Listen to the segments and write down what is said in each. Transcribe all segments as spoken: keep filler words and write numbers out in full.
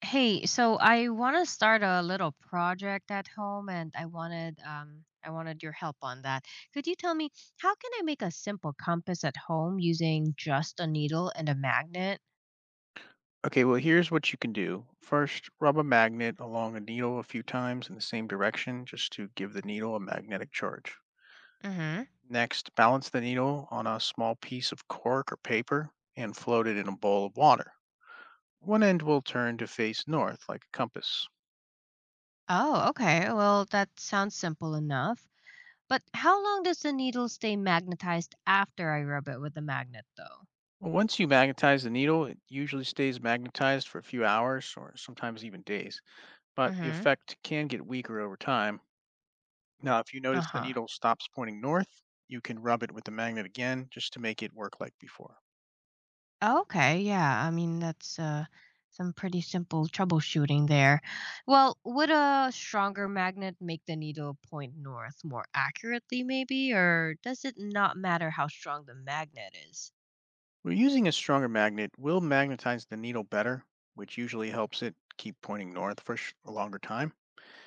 Hey, so I want to start a little project at home and I wanted um I wanted your help on that. Could you tell me, how can I make a simple compass at home using just a needle and a magnet? Okay, well, here's what you can do. First, rub a magnet along a needle a few times in the same direction just to give the needle a magnetic charge. Mm-hmm. Next, balance the needle on a small piece of cork or paper and float it in a bowl of water. One end will turn to face north like a compass. Oh, okay. Well, that sounds simple enough. But how long does the needle stay magnetized after I rub it with the magnet though? Once you magnetize the needle, it usually stays magnetized for a few hours or sometimes even days, but the Mm-hmm. effect can get weaker over time. Now, if you notice the Uh-huh. needle stops pointing north, you can rub it with the magnet again just to make it work like before. Oh, okay, yeah. I mean, that's uh, some pretty simple troubleshooting there. Well, would a stronger magnet make the needle point north more accurately, maybe? Or does it not matter how strong the magnet is? We're using a stronger magnet will magnetize the needle better, which usually helps it keep pointing north for sh- a longer time.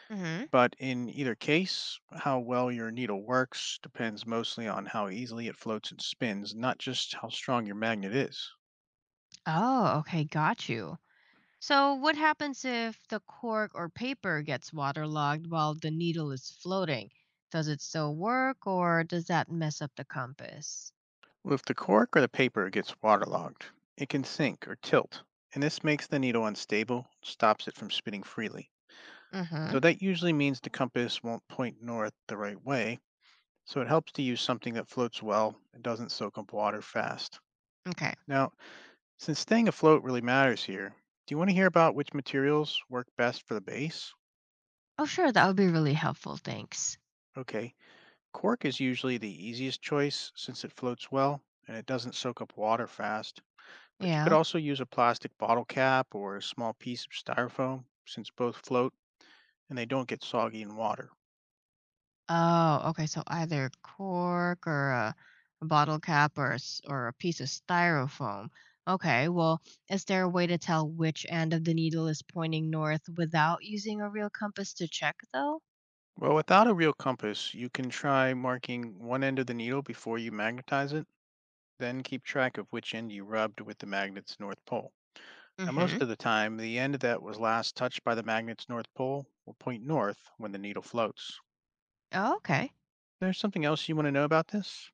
Hmm. But in either case, how well your needle works depends mostly on how easily it floats and spins, not just how strong your magnet is. Oh, okay, got you. So, what happens if the cork or paper gets waterlogged while the needle is floating? Does it still work, or does that mess up the compass? Well, if the cork or the paper gets waterlogged, it can sink or tilt, and this makes the needle unstable, stops it from spinning freely. Hmm. So that usually means the compass won't point north the right way, so it helps to use something that floats well and doesn't soak up water fast. Okay. Now, since staying afloat really matters here, do you want to hear about which materials work best for the base? Oh, sure, that would be really helpful. Thanks. Okay, cork is usually the easiest choice since it floats well and it doesn't soak up water fast. But you could Yeah. also use a plastic bottle cap or a small piece of styrofoam since both float and they don't get soggy in water. Oh, okay, so either cork or a a bottle cap or a s or a piece of styrofoam. Okay, well, is there a way to tell which end of the needle is pointing north without using a real compass to check, though? Well, without a real compass, you can try marking one end of the needle before you magnetize it, then keep track of which end you rubbed with the magnet's north pole. Now, Mm-hmm. most of the time, the end that was last touched by the magnet's north pole will point north when the needle floats. Oh, okay. There's something else you want to know about this?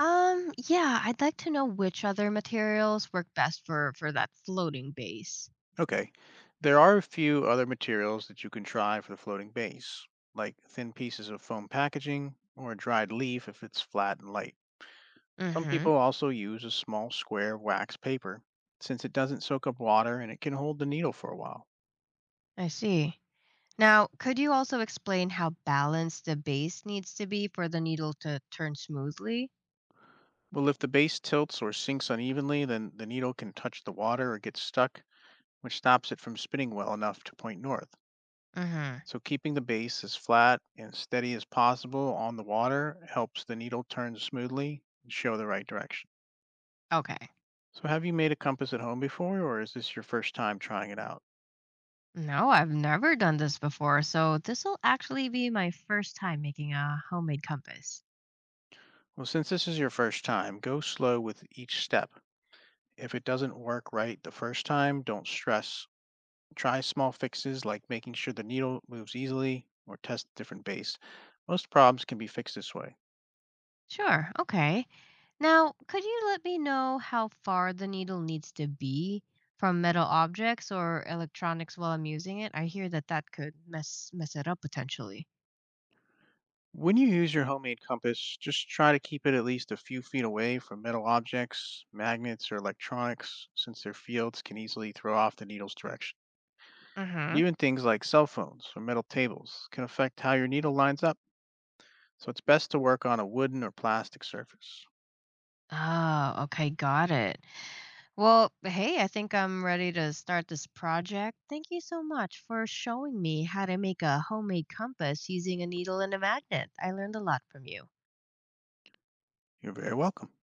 Um, yeah, I'd like to know which other materials work best for for that floating base. Okay, there are a few other materials that you can try for the floating base, like thin pieces of foam packaging or a dried leaf if it's flat and light. Some Mm-hmm. people also use a small square of wax paper, since it doesn't soak up water and it can hold the needle for a while. I see. Now, could you also explain how balanced the base needs to be for the needle to turn smoothly? Well, if the base tilts or sinks unevenly, then the needle can touch the water or get stuck, which stops it from spinning well enough to point north. Mm-hmm. So, keeping the base as flat and steady as possible on the water helps the needle turn smoothly and show the right direction. Okay. So, have you made a compass at home before, or is this your first time trying it out? No, I've never done this before, so this will actually be my first time making a homemade compass. Well, since this is your first time, go slow with each step. If it doesn't work right the first time, don't stress. Try small fixes like making sure the needle moves easily or test different base. Most problems can be fixed this way. Sure, okay. Now, could you let me know how far the needle needs to be from metal objects or electronics while I'm using it? I hear that that could mess mess it up potentially. When you use your homemade compass, just try to keep it at least a few feet away from metal objects, magnets, or electronics, since their fields can easily throw off the needle's direction. Mhm. Even things like cell phones or metal tables can affect how your needle lines up, so it's best to work on a wooden or plastic surface. Oh, okay, got it. Well, hey, I think I'm ready to start this project. Thank you so much for showing me how to make a homemade compass using a needle and a magnet. I learned a lot from you. You're very welcome.